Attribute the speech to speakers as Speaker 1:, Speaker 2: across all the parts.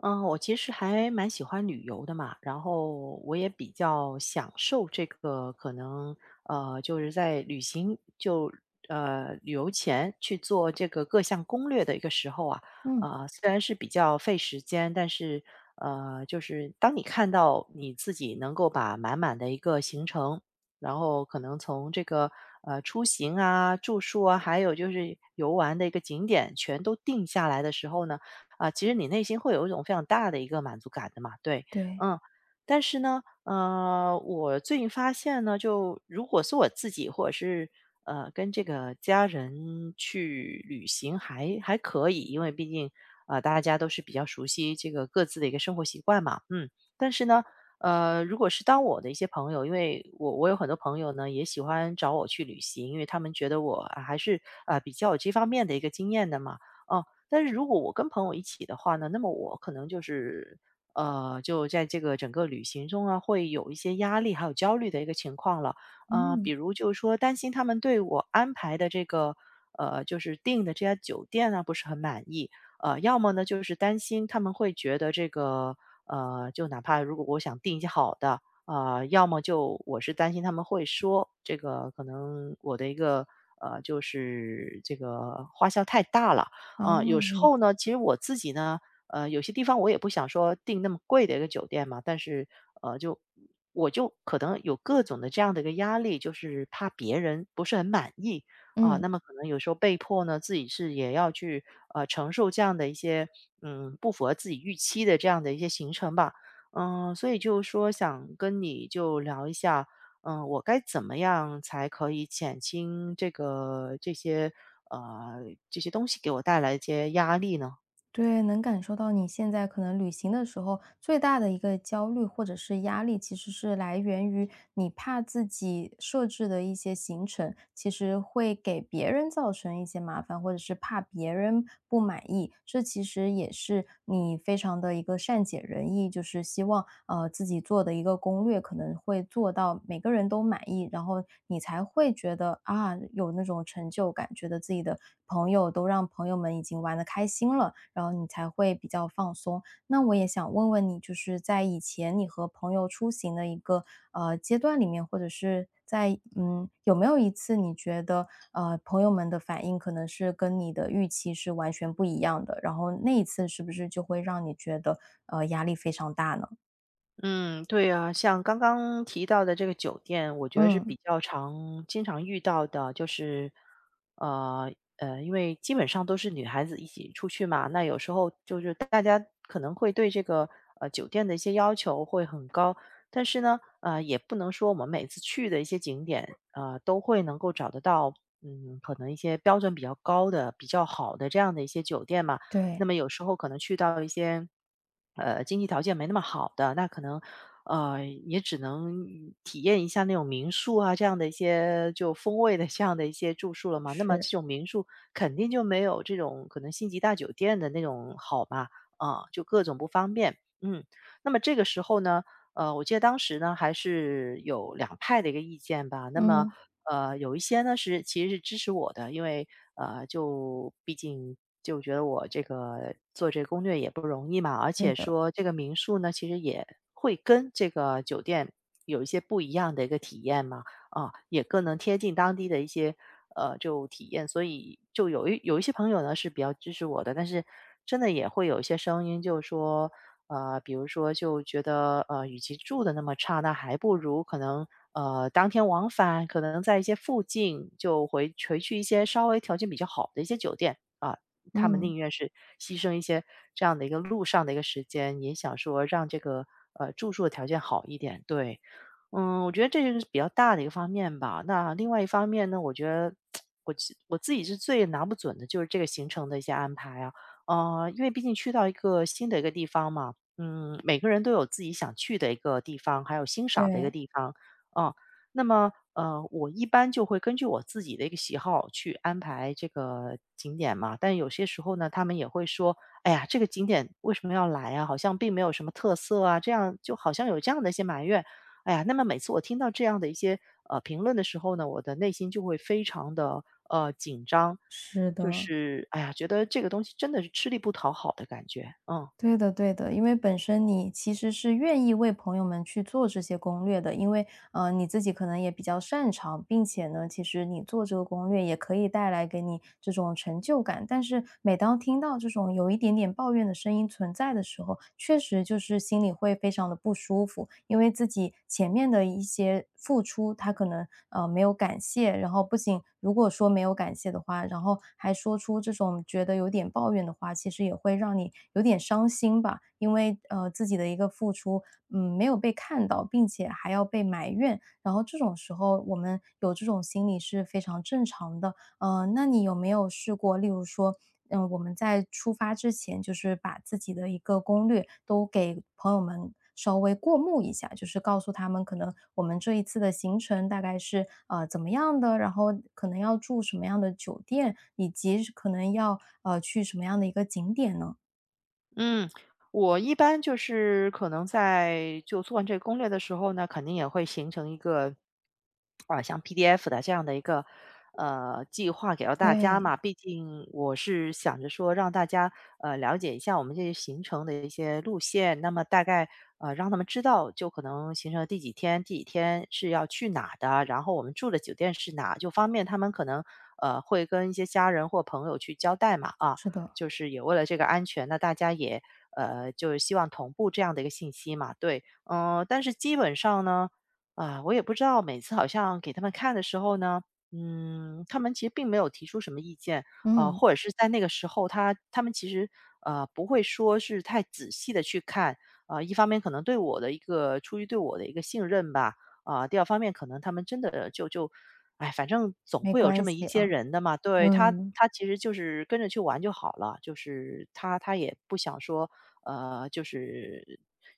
Speaker 1: 嗯，我其实还蛮喜欢旅游的嘛，然后我也比较享受这个可能，就是在旅行就旅游前去做这个各项攻略的一个时候啊。
Speaker 2: 嗯，
Speaker 1: 虽然是比较费时间，但是就是当你看到你自己能够把满满的一个行程，然后可能从这个出行啊、住宿啊，还有就是游玩的一个景点全都定下来的时候呢。啊，其实你内心会有一种非常大的一个满足感的嘛，对，
Speaker 2: 对，
Speaker 1: 嗯。但是呢，我最近发现呢，就如果是我自己或者是跟这个家人去旅行还可以，因为毕竟啊、大家都是比较熟悉这个各自的一个生活习惯嘛，嗯。但是呢，如果是当我的一些朋友，因为我有很多朋友呢也喜欢找我去旅行，因为他们觉得我啊还是啊、比较有这方面的一个经验的嘛，哦。但是如果我跟朋友一起的话呢，那么我可能就是，就在这个整个旅行中啊，会有一些压力还有焦虑的一个情况了。比
Speaker 2: 嗯，
Speaker 1: 如就是说担心他们对我安排的这个，就是订的这家酒店啊，不是很满意。要么呢就是担心他们会觉得这个，就哪怕如果我想订一些好的，啊、要么就我是担心他们会说这个可能我的一个就是这个花销太大了。
Speaker 2: 哦，
Speaker 1: 嗯，有时
Speaker 2: 理
Speaker 1: 候
Speaker 2: 解，
Speaker 1: 呢，其实我自己呢，有些地方我也不想说订那么贵的一个酒店嘛，但是呃，就我就可能有各种的这样的一个压力，就是怕别人不是很满意。啊、
Speaker 2: 嗯。
Speaker 1: 那么可能有时候被迫呢，自己是也要去承受这样的一些不符合自己预期的这样的一些行程吧。嗯、所以就说想跟你就聊一下，嗯、我该怎么样才可以减轻这个这些这些东西给我带来一些压力呢？
Speaker 2: 对，能感受到你现在可能旅行的时候最大的一个焦虑或者是压力，其实是来源于你怕自己设置的一些行程，其实会给别人造成一些麻烦，或者是怕别人不满意。这其实也是你非常的一个善解人意，就是希望自己做的一个攻略可能会做到每个人都满意，然后你才会觉得啊有那种成就感，觉得自己的朋友，都让朋友们已经玩的开心了，然后你才会比较放松。那我也想问问你，就是在以前你和朋友出行的一个阶段里面，或者是在嗯有没有一次你觉得朋友们的反应可能是跟你的预期是完全不一样的，然后那一次是不是就会让你觉得压力非常大呢？
Speaker 1: 嗯，对啊，像刚刚提到的这个酒店，我觉得是比
Speaker 2: 嗯，
Speaker 1: 较常经常遇到的，就是，呃因为基本上都是女孩子一起出去嘛，那有时候就是大家可能会对这个酒店的一些要求会很高。但是呢，呃，也不能说我们每次去的一些景点，呃，都会能够找得到，嗯，可能一些标准比较高的、比较好的这样的一些酒店嘛。那
Speaker 2: 对，
Speaker 1: 么有时候可能去到一些，经济条件没那么好的，那可能，也只能体验一下那种民宿啊，这样的一些就风味的这样的一些住宿了嘛。那么这
Speaker 2: 是，
Speaker 1: 种民宿肯定就没有这种可能星级大酒店的那种好吧？啊，就各种不方便。嗯，那么这个时候呢，我记得当时呢还是有两派的一个意见吧。那么
Speaker 2: 嗯，
Speaker 1: 有一些呢是其实是支持我的，因为就毕竟就觉得我这个做这攻略也不容易嘛，而
Speaker 2: 对
Speaker 1: 且
Speaker 2: 的，
Speaker 1: 说这个民宿呢，其实也会跟这个酒店有一些不一样的一个体验嘛，啊，也更能贴近当地的一些就体验，所以就有一些朋友呢是比较支持我的，但是真的也会有一些声音，就是说比如说就觉得，呃，与其住的那么差，那还不如可能，当天往返，可能在一些附近就回去一些稍微条件比较好的一些酒店啊，他们
Speaker 2: 嗯，
Speaker 1: 宁愿是牺牲一些这样的一个路上的一个时间，也想说让这个住宿的条件好一点。对，嗯，我觉得这就是比较大的一个方面吧。那另外一方面呢，我觉得 我自己是最拿不准的，就是这个行程的一些安排啊。因为毕竟去到一个新的一个地方嘛，嗯，每个人都有自己想去的一个地方，还有欣赏的一个
Speaker 2: 对，
Speaker 1: 地方，啊，那么我一般就会根据我自己的一个喜好去安排这个景点嘛。但有些时候呢，他们也会说："哎呀，这个景点为什么要来啊？好像并没有什么特色啊。"这样就好像有这样的一些埋怨。哎呀，那么每次我听到这样的一些评论的时候呢，我的内心就会非常的紧张，
Speaker 2: 是
Speaker 1: 就
Speaker 2: 的。
Speaker 1: 是哎呀，觉得这个东西真的是吃力不讨好的感觉，嗯。
Speaker 2: 对的，对的，因为本身你其实是愿意为朋友们去做这些攻略的，因为你自己可能也比较擅长，并且呢，其实你做这个攻略也可以带来给你这种成就感。但是每当听到这种有一点点抱怨的声音存在的时候，确实时就是心里会非常的不舒服，因为自己前面的一些付出，他可能没有感谢，然后不仅如果说没有感谢的话，然后还说出这种觉得有点抱怨的话，其实也会让你有点伤心吧，因为自己的一个付出，嗯没有被看到，并且还要被埋怨，然后这种时候我们有这种心理是非常正常的，那你有没有试过，例如说，嗯，我们在出发之前，就是把自己的一个攻略都给朋友们稍微过目一下，就是告诉他们可能我们这一次的行程大概是怎么样的，然后可能要住什么样的酒店，以及是可能要去什么样的一个景点呢？
Speaker 1: 嗯，我一般就是可能在就做完这个攻略的时候呢，肯定也会形成一个啊，像 PDF 的这样的一个计划给到大家
Speaker 2: 对，
Speaker 1: 嘛。毕竟我是想着说让大家了解一下我们这些行程的一些路线，那么大概让他们知道，就可能行程的第几天、第几天是要去哪的，然后我们住的酒店是哪，就方便他们可能会跟一些家人或朋友去交代嘛啊。
Speaker 2: 是的，
Speaker 1: 就是也为了这个安全，那大家也就是希望同步这样的一个信息嘛，对。嗯，但是基本上呢，啊，我也不知道每次好像给他们看的时候呢，嗯，他们其实并没有提出什么意见，
Speaker 2: 嗯，
Speaker 1: 或者是在那个时候他们其实，不会说是太仔细的去看。一方面可能对我的一个出于对我的一个信任吧，啊，第二方面可能他们真的就,哎，反正总
Speaker 2: 没
Speaker 1: 会有这
Speaker 2: 关
Speaker 1: 么一
Speaker 2: 系
Speaker 1: 些
Speaker 2: 啊，
Speaker 1: 人的嘛，对，他
Speaker 2: 嗯，
Speaker 1: 他其实就是跟着去玩就好了，就是他也不想说，呃，就是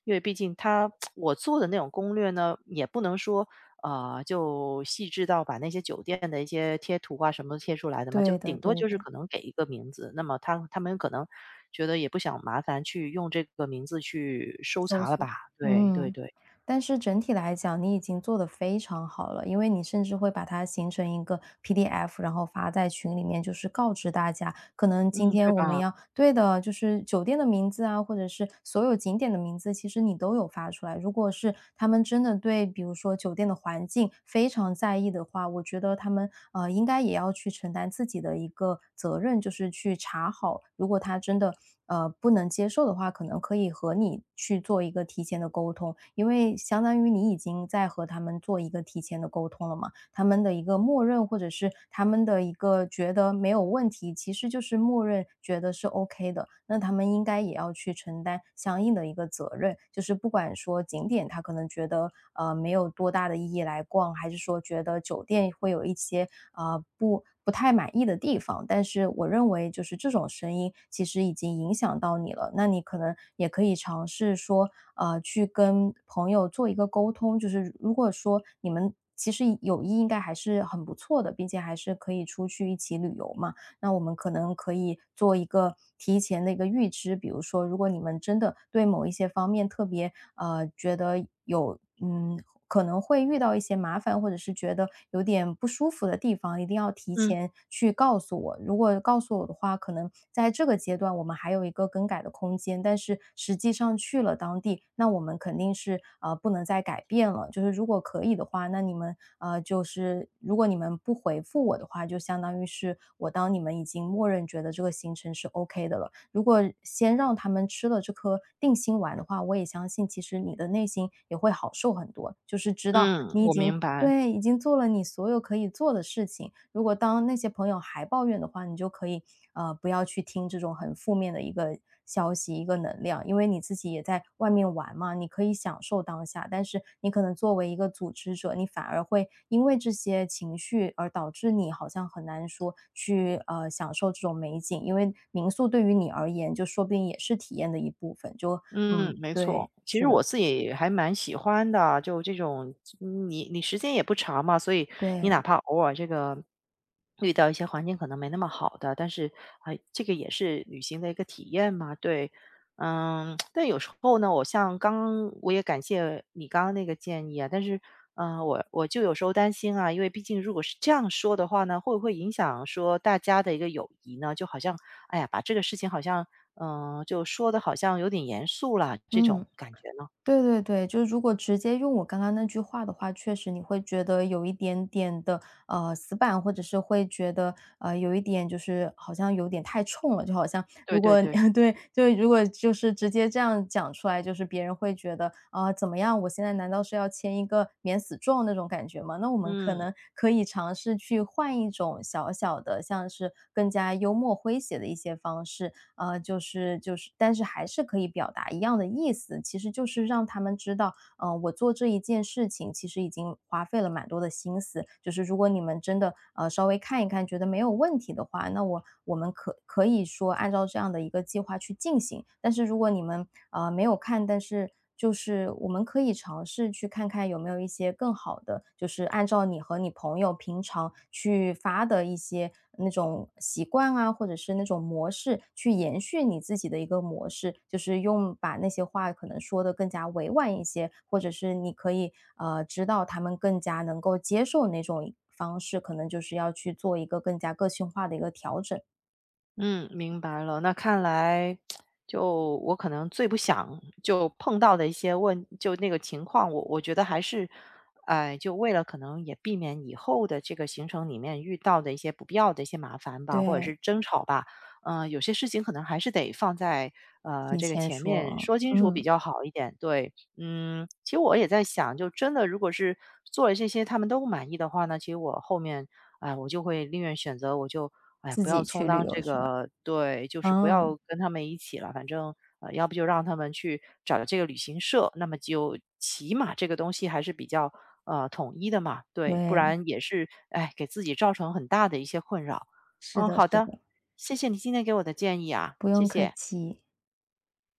Speaker 1: 因为毕竟他 我做的那种攻略呢，也不能说。啊、就细致到把那些酒店的一些贴图啊什么贴出来的嘛，就
Speaker 2: 对的，
Speaker 1: 顶多
Speaker 2: 对
Speaker 1: 就是
Speaker 2: 的。
Speaker 1: 可能给一个名字，那么他们可能觉得也不想麻烦去用这个名字去搜
Speaker 2: 搜
Speaker 1: 查了吧？
Speaker 2: 索，
Speaker 1: 对对
Speaker 2: 嗯，
Speaker 1: 对，
Speaker 2: 但是整体来讲，你已经做得非常好了，因为你甚至会把它形成一个 PDF，然后发在群里面，就是告知大家，可能今
Speaker 1: 嗯，对
Speaker 2: 天我们
Speaker 1: 吧？
Speaker 2: 要对的，就是酒店的名字啊，或者是所有景点的名字，其实你都有发出来。如果是他们真的对，比如说酒店的环境非常在意的话，我觉得他们应该也要去承担自己的一个责任，就是去查好，如果他真的不能接受的话，可能可以和你去做一个提前的沟通，因为相当于你已经在和他们做一个提前的沟通了嘛，他们的一个默认或者是他们的一个觉得没有问题，其实就是默认觉得是 OK 的，那他们应该也要去承担相应的一个责任，就是不管说景点他可能觉得没有多大的意义来逛，还是说觉得酒店会有一些不太满意的地方，但是我认为就是这种声音其实已经影响到你了，那你可能也可以尝试说，去跟朋友做一个沟通，就是如果说你们其实友谊应该还是很不错的，并且还是可以出去一起旅游嘛。那我们可能可以做一个提前的一个预知。比如说，如果你们真的对某一些方面特别觉得有嗯可能会遇到一些麻烦，或者是觉得有点不舒服的地方，一定要提
Speaker 1: 嗯。
Speaker 2: 前去告诉我。如果告诉我的话，可能在这个阶段我们还有一个更改的空间，但是实际上去了当地，那我们肯定是不能再改变了。就是如果可以的话，那你们就是如果你们不回复我的话，就相当于是我当你们已经默认觉得这个行程是 OK 的了。如果先让他们吃了这颗定心丸的话，我也相信其实你的内心也会好受很多，就是知道
Speaker 1: 嗯，
Speaker 2: 你已
Speaker 1: 我
Speaker 2: 经
Speaker 1: 明白。
Speaker 2: 对，已经做了你所有可以做的事情。如果当那些朋友还抱怨的话，你就可以不要去听这种很负面的一个消息、一个能量，因为你自己也在外面玩嘛，你可以享受当下。但是你可能作为一个组织者，你反而会因为这些情绪而导致你好像很难说去享受这种美景，因为民宿对于你而言，就说不定也是体验的一部分。就
Speaker 1: 嗯，
Speaker 2: 嗯，
Speaker 1: 没错。
Speaker 2: 对，
Speaker 1: 其
Speaker 2: 是
Speaker 1: 实我
Speaker 2: 的，
Speaker 1: 自己还蛮喜欢的，就这种嗯你时间也不长嘛，所以你
Speaker 2: 对，
Speaker 1: 哪怕偶尔这个遇到一些环境可能没那么好的，但是哎，这个也是旅行的一个体验嘛，对。嗯，但有时候呢，我像刚我也感谢你刚刚那个建议啊，但是，嗯，我就有时候担心啊，因为毕竟如果是这样说的话呢，会不会影响说大家的一个友谊呢？就好像，哎呀，把这个事情好像就说的好像有点严肃了，这
Speaker 2: 嗯。
Speaker 1: 种感觉呢？
Speaker 2: 对对对，就是如果直接用我刚刚那句话的话，确实你会觉得有一点点的死板，或者是会觉得有一点就是好像有点太冲了，就好像
Speaker 1: 对
Speaker 2: 如
Speaker 1: 对
Speaker 2: 果
Speaker 1: 对。
Speaker 2: 对，就如果就是直接这样讲出来，就是别人会觉得啊、怎么样？我现在难道是要签一个免死状那种感觉吗？那我们可
Speaker 1: 嗯。
Speaker 2: 能可以尝试去换一种小小的，像是更加幽默诙谐的一些方式，就是但是还是可以表达一样的意思。其实就是让他们知道，我做这一件事情其实已经花费了蛮多的心思，就是如果你们真的，稍微看一看，觉得没有问题的话，那我们可以说按照这样的一个计划去进行。但是如果你们，没有看，但是就是我们可以尝试去看看有没有一些更好的，就是按照你和你朋友平常去发的一些那种习惯啊，或者是那种模式，去延续你自己的一个模式，就是用把那些话可能说的更加委婉一些，或者是你可以知道他们更加能够接受哪种方式，可能就是要去做一个更加个性化的一个调整。
Speaker 1: 嗯，明白了。那看来，就我可能最不想就碰到的一些问，就那个情况，我觉得还是，哎、就为了可能也避免以后的这个行程里面遇到的一些不必要的一些麻烦吧，或者是
Speaker 2: 对，
Speaker 1: 争吵吧，嗯、有些事情可能还是得放在
Speaker 2: 提
Speaker 1: 这个
Speaker 2: 前
Speaker 1: 前面
Speaker 2: 说，
Speaker 1: 说清楚比
Speaker 2: 嗯，
Speaker 1: 较好一点。对，嗯，其实我也在想，就真的如果是做了这些他们都不满意的话呢，其实我后面哎，我就会宁愿选择我就，哎，
Speaker 2: 自
Speaker 1: 不要
Speaker 2: 己
Speaker 1: 充
Speaker 2: 去旅
Speaker 1: 当
Speaker 2: 游
Speaker 1: 这
Speaker 2: 是吧？
Speaker 1: 个对，就是不要
Speaker 2: 嗯，
Speaker 1: 跟他们一起了，反正，要不就让他们去找这个旅行社，那么就起码这个东西还是比较，统一的嘛，对，不
Speaker 2: 对，
Speaker 1: 然也是，哎，给自己造成很大的一些困扰。
Speaker 2: 是
Speaker 1: 嗯，
Speaker 2: 的，
Speaker 1: 好
Speaker 2: 是
Speaker 1: 的，
Speaker 2: 的，
Speaker 1: 谢谢你今天给我的建议啊，
Speaker 2: 不
Speaker 1: 谢
Speaker 2: 用客
Speaker 1: 谢。
Speaker 2: 气。